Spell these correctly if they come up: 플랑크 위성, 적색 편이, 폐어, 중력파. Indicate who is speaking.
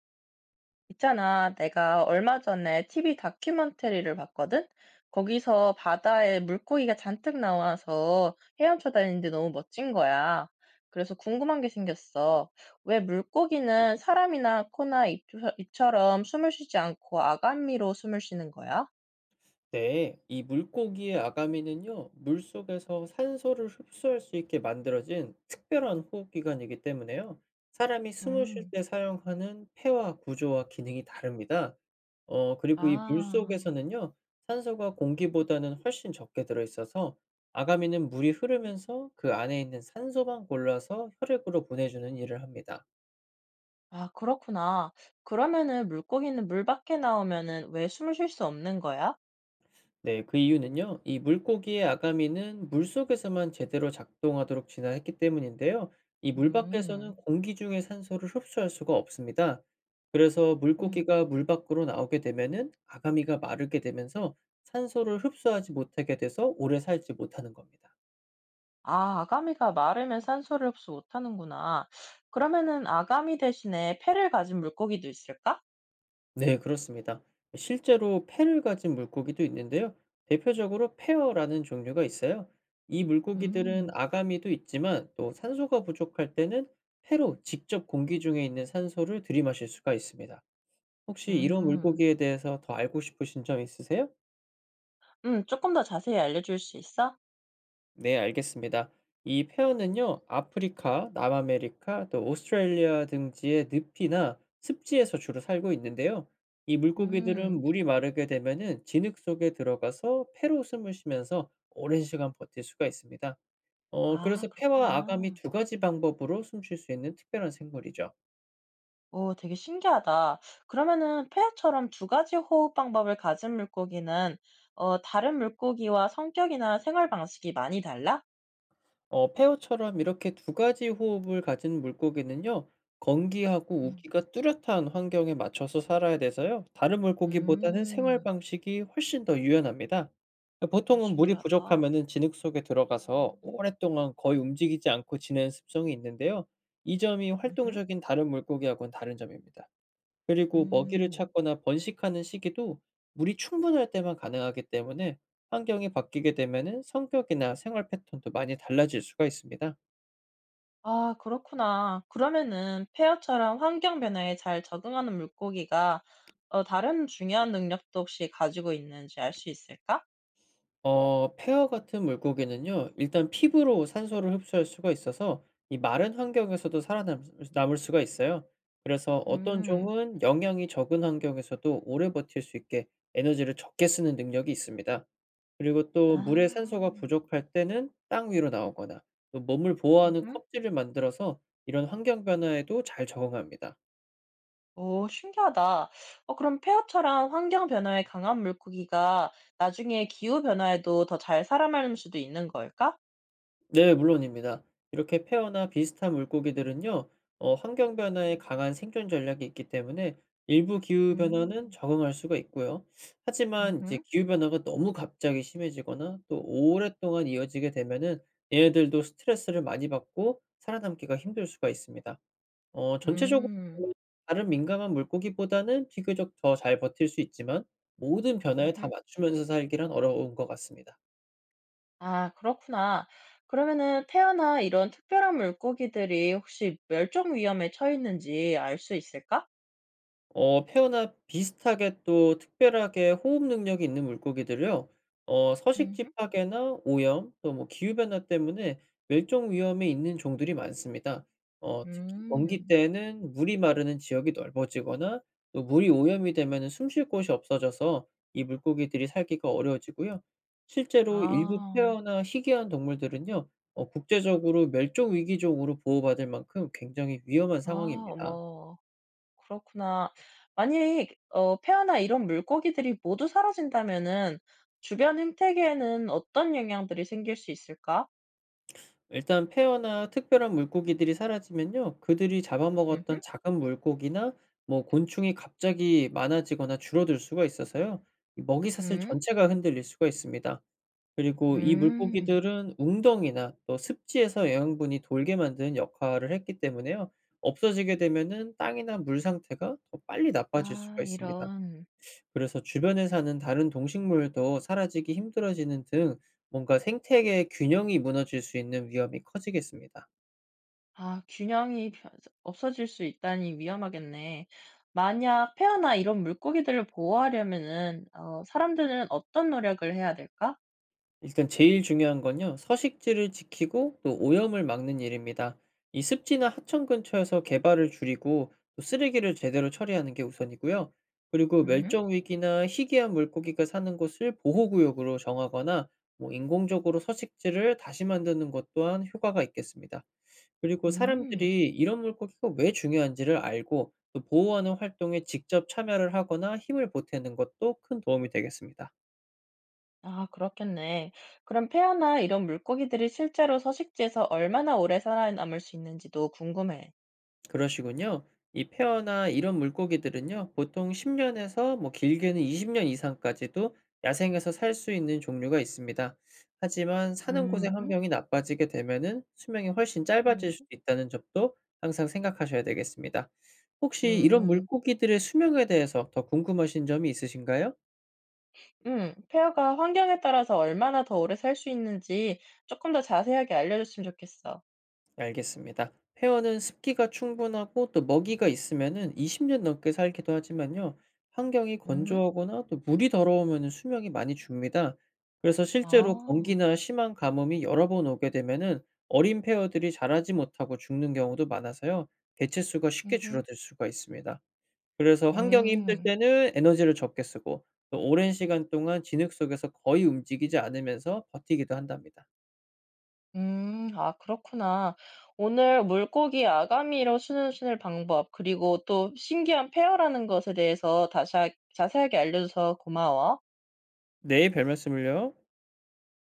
Speaker 1: 있잖아, 내가 얼마 전에 TV 다큐멘터리를 봤거든? 거기서 바다에 물고기가 잔뜩 나와서 헤엄쳐 다니는데 너무 멋진 거야. 그래서 궁금한 게 생겼어. 왜 물고기는 사람이나 코나 입, 처럼 숨을 쉬지 않고 아가미로 숨을 쉬는 거야?
Speaker 2: 네, 이 물고기의 아가미는요, 물속에서 산소를 흡수할 수 있게 만들어진 특별한 호흡기관이기 때문에요. 사람이 숨을 쉴
Speaker 1: 음.
Speaker 2: 때 사용하는 폐와 구조와 기능이 다릅니다. 그리고 이
Speaker 1: 아.
Speaker 2: 물속에서는요, 산소가 공기보다는 훨씬 적게 들어있어서 아가미는 물이 흐르면서 그 안에 있는 산소만 골라서 혈액으로 보내주는 일을 합니다.
Speaker 1: 아, 그렇구나. 그러면은 물고기는 물 밖에 나오면은 왜 숨을 쉴 수 없는 거야?
Speaker 2: 네, 그 이유는요. 이 물고기의 아가미는 물속에서만 제대로 작동하도록 진화했기 때문인데요. 이 물
Speaker 1: 음.
Speaker 2: 밖에서는 공기 중의 산소를 흡수할 수가 없습니다. 그래서
Speaker 1: 음.
Speaker 2: 물고기가 물 밖으로 나오게 되면은 아가미가 마르게 되면서 산소를 흡수하지 못하게 돼서 오래 살지 못하는 겁니다.
Speaker 1: 아, 아가미가 마르면 산소를 흡수 못하는구나. 그러면은 아가미 대신에 폐를 가진 물고기도 있을까?
Speaker 2: 네 그렇습니다. 실제로 폐를 가진 물고기도 있는데요. 대표적으로 폐어라는 종류가 있어요. 이 물고기들은
Speaker 1: 음.
Speaker 2: 아가미도 있지만 또 산소가 부족할 때는 폐로 직접 공기 중에 있는 산소를 들이마실 수가 있습니다. 혹시 이런
Speaker 1: 음.
Speaker 2: 물고기에 대해서 더 알고 싶으신 점 있으세요?
Speaker 1: 조금 더 자세히 알려줄 수 있어?
Speaker 2: 네, 알겠습니다. 이 페어는요, 아프리카, 남아메리카, 또 오스트레일리아 등지의 늪이나 습지에서 주로 살고 있는데요. 이 물고기들은
Speaker 1: 음.
Speaker 2: 물이 마르게 되면은 진흙 속에 들어가서 폐로 숨을 쉬면서 오랜 시간 버틸 수가 있습니다.
Speaker 1: 아,
Speaker 2: 그래서 폐와 아가미
Speaker 1: 그렇구나.
Speaker 2: 두 가지 방법으로 숨쉴 수 있는 특별한 생물이죠.
Speaker 1: 오, 되게 신기하다. 그러면은 폐하처럼 두 가지 호흡 방법을 가진 물고기는 다른 물고기와 성격이나 생활 방식이 많이 달라?
Speaker 2: 페어처럼 이렇게 두 가지 호흡을 가진 물고기는요. 건기하고
Speaker 1: 음.
Speaker 2: 우기가 뚜렷한 환경에 맞춰서 살아야 돼서요. 다른 물고기보다는 생활
Speaker 1: 음.
Speaker 2: 방식이 훨씬 더 유연합니다.
Speaker 1: 아,
Speaker 2: 보통은 물이
Speaker 1: 신기하다.
Speaker 2: 부족하면은 진흙 속에 들어가서 오랫동안 거의 움직이지 않고 지내는 습성이 있는데요. 이 점이
Speaker 1: 음흠.
Speaker 2: 활동적인 다른 물고기하고는 다른 점입니다. 그리고 먹이를
Speaker 1: 음.
Speaker 2: 찾거나 번식하는 시기도 물이 충분할 때만 가능하기 때문에 환경이 바뀌게 되면은 성격이나 생활 패턴도 많이 달라질 수가 있습니다.
Speaker 1: 아, 그렇구나. 그러면은 페어처럼 환경 변화에 잘 적응하는 물고기가 다른 중요한 능력도 혹시 가지고 있는지 알 수 있을까?
Speaker 2: 페어 같은 물고기는요, 일단 피부로 산소를 흡수할 수가 있어서 이 마른 환경에서도 살아남을 수가 있어요. 그래서 어떤
Speaker 1: 음.
Speaker 2: 종은 영양이 적은 환경에서도 오래 버틸 수 있게 에너지를 적게 쓰는 능력이 있습니다. 그리고 또 물의 산소가
Speaker 1: 아.
Speaker 2: 부족할 때는 땅 위로 나오거나 또 몸을 보호하는
Speaker 1: 음.
Speaker 2: 껍질을 만들어서 이런 환경 변화에도 잘 적응합니다.
Speaker 1: 오, 신기하다. 그럼 페어처럼 환경 변화에 강한 물고기가 나중에 기후 변화에도 더 잘 살아남을 수도 있는 걸까?
Speaker 2: 네, 물론입니다. 이렇게 페어나 비슷한 물고기들은요, 환경 변화에 강한 생존 전략이 있기 때문에 일부 기후 변화는
Speaker 1: 음.
Speaker 2: 적응할 수가 있고요.
Speaker 1: 음.
Speaker 2: 하지만 이제
Speaker 1: 음.
Speaker 2: 기후 변화가 너무 갑자기 심해지거나 또 오랫동안 이어지게 되면은 얘네들도 스트레스를 많이 받고 살아남기가 힘들 수가 있습니다. 전체적으로 보면 다른 민감한 물고기보다는 비교적 더 잘 버틸 수 있지만 모든 변화에 다
Speaker 1: 음.
Speaker 2: 맞추면서 살기란 어려운 것 같습니다.
Speaker 1: 아, 그렇구나. 그러면은 태어나 이런 특별한 물고기들이 혹시 멸종 위험에 처했는지 알 수 있을까?
Speaker 2: 어새나 비슷하게 또 특별하게 호흡 능력이 있는 물고기들이요. 서식지
Speaker 1: 음흠.
Speaker 2: 파괴나 오염 또 뭐 기후 변화 때문에 멸종 위험에 있는 종들이 많습니다. 특히 건기
Speaker 1: 음.
Speaker 2: 때에는 물이 마르는 지역이 넓어지거나 또 물이 오염이 되면 숨쉴 곳이 없어져서 이 물고기들이 살기가 어려워지고요. 실제로 일부 폐
Speaker 1: 아.
Speaker 2: 어나 희귀한 동물들은요. 국제적으로 멸종 위기종으로 보호받을 만큼 굉장히 위험한
Speaker 1: 아,
Speaker 2: 상황입니다.
Speaker 1: 어머, 그렇구나. 만약, 폐어나 이런 물고기들이 모두 사라진다면은 주변 생태계에는 어떤 영향들이 생길 수 있을까?
Speaker 2: 일단 페어나 특별한 물고기들이 사라지면요. 그들이
Speaker 1: 음.
Speaker 2: 잡아먹었던 작은 물고기나 뭐 곤충이 갑자기 많아지거나 줄어들 수가 있어서요. 이 먹이사슬
Speaker 1: 음.
Speaker 2: 전체가 흔들릴 수가 있습니다. 그리고 이
Speaker 1: 음.
Speaker 2: 물고기들은 웅덩이나 또 습지에서 영양분이 돌게 만드는 역할을 했기 때문에요. 없어지게 되면은 땅이나 물 상태가 더 빨리 나빠질
Speaker 1: 아,
Speaker 2: 수가 있습니다.
Speaker 1: 이런.
Speaker 2: 그래서 주변에 사는 다른 동식물도 사라지기 힘들어지는 등 뭔가 생태계 균형이 무너질 수 있는 위험이 커지겠습니다.
Speaker 1: 아, 균형이 변 없어질 수 있다니 위험하겠네. 만약 폐어나 이런 물고기들을 보호하려면은 사람들은 어떤 노력을 해야 될까?
Speaker 2: 일단 제일 중요한 건요, 서식지를 지키고 또 오염을 막는 일입니다. 이 습지나 하천 근처에서 개발을 줄이고 또 쓰레기를 제대로 처리하는 게 우선이고요. 그리고
Speaker 1: 음.
Speaker 2: 멸종 위기나 희귀한 물고기가 사는 곳을 보호구역으로 정하거나 뭐 인공적으로 서식지를 다시 만드는 것 또한 효과가 있겠습니다. 그리고
Speaker 1: 음.
Speaker 2: 사람들이 이런 물고기가 왜 중요한지를 알고 또 보호하는 활동에 직접 참여를 하거나 힘을 보태는 것도 큰 도움이 되겠습니다.
Speaker 1: 아, 그렇겠네. 그럼 폐어나 이런 물고기들이 실제로 서식지에서 얼마나 오래 살아남을 수 있는지도 궁금해.
Speaker 2: 그러시군요. 이 페어나 이런 물고기들은요, 보통 10년에서 뭐 길게는 20년 이상까지도 야생에서 살 수 있는 종류가 있습니다. 하지만 사는 곳의
Speaker 1: 음. 음.
Speaker 2: 환경이 나빠지게 되면은 수명이 훨씬 짧아질 수도 있다는 점도 항상 생각하셔야 되겠습니다. 혹시 이런
Speaker 1: 음.
Speaker 2: 물고기들의 수명에 대해서 더 궁금하신 점이 있으신가요?
Speaker 1: 음. 폐어가 환경에 따라서 얼마나 더 오래 살 수 있는지 조금 더 자세하게 알려줬으면 좋겠어.
Speaker 2: 알겠습니다. 회원은 습기가 충분하고 또 먹이가 있으면은 20년 넘게 살기도 하지만요. 환경이
Speaker 1: 음.
Speaker 2: 건조하거나 또 물이 더러우면은 수명이 많이 줍니다. 그래서 실제로
Speaker 1: 아.
Speaker 2: 건기나 심한 가뭄이 여러 번 오게 되면은 어린 페어들이 자라지 못하고 죽는 경우도 많아서요. 개체수가 쉽게
Speaker 1: 음.
Speaker 2: 줄어들 수가 있습니다. 그래서 환경이 힘들
Speaker 1: 음.
Speaker 2: 때는 에너지를 적게 쓰고 또 오랜 시간 동안 진흙 속에서 거의 움직이지 않으면서 버티기도 한답니다.
Speaker 1: 음. 아, 그렇구나. 오늘 물고기 아가미로 수는 방법 그리고 또 신기한 페어라는 것에 대해서 다샤 자세하게 알려줘서 고마워.
Speaker 2: 네, 별 말씀을요.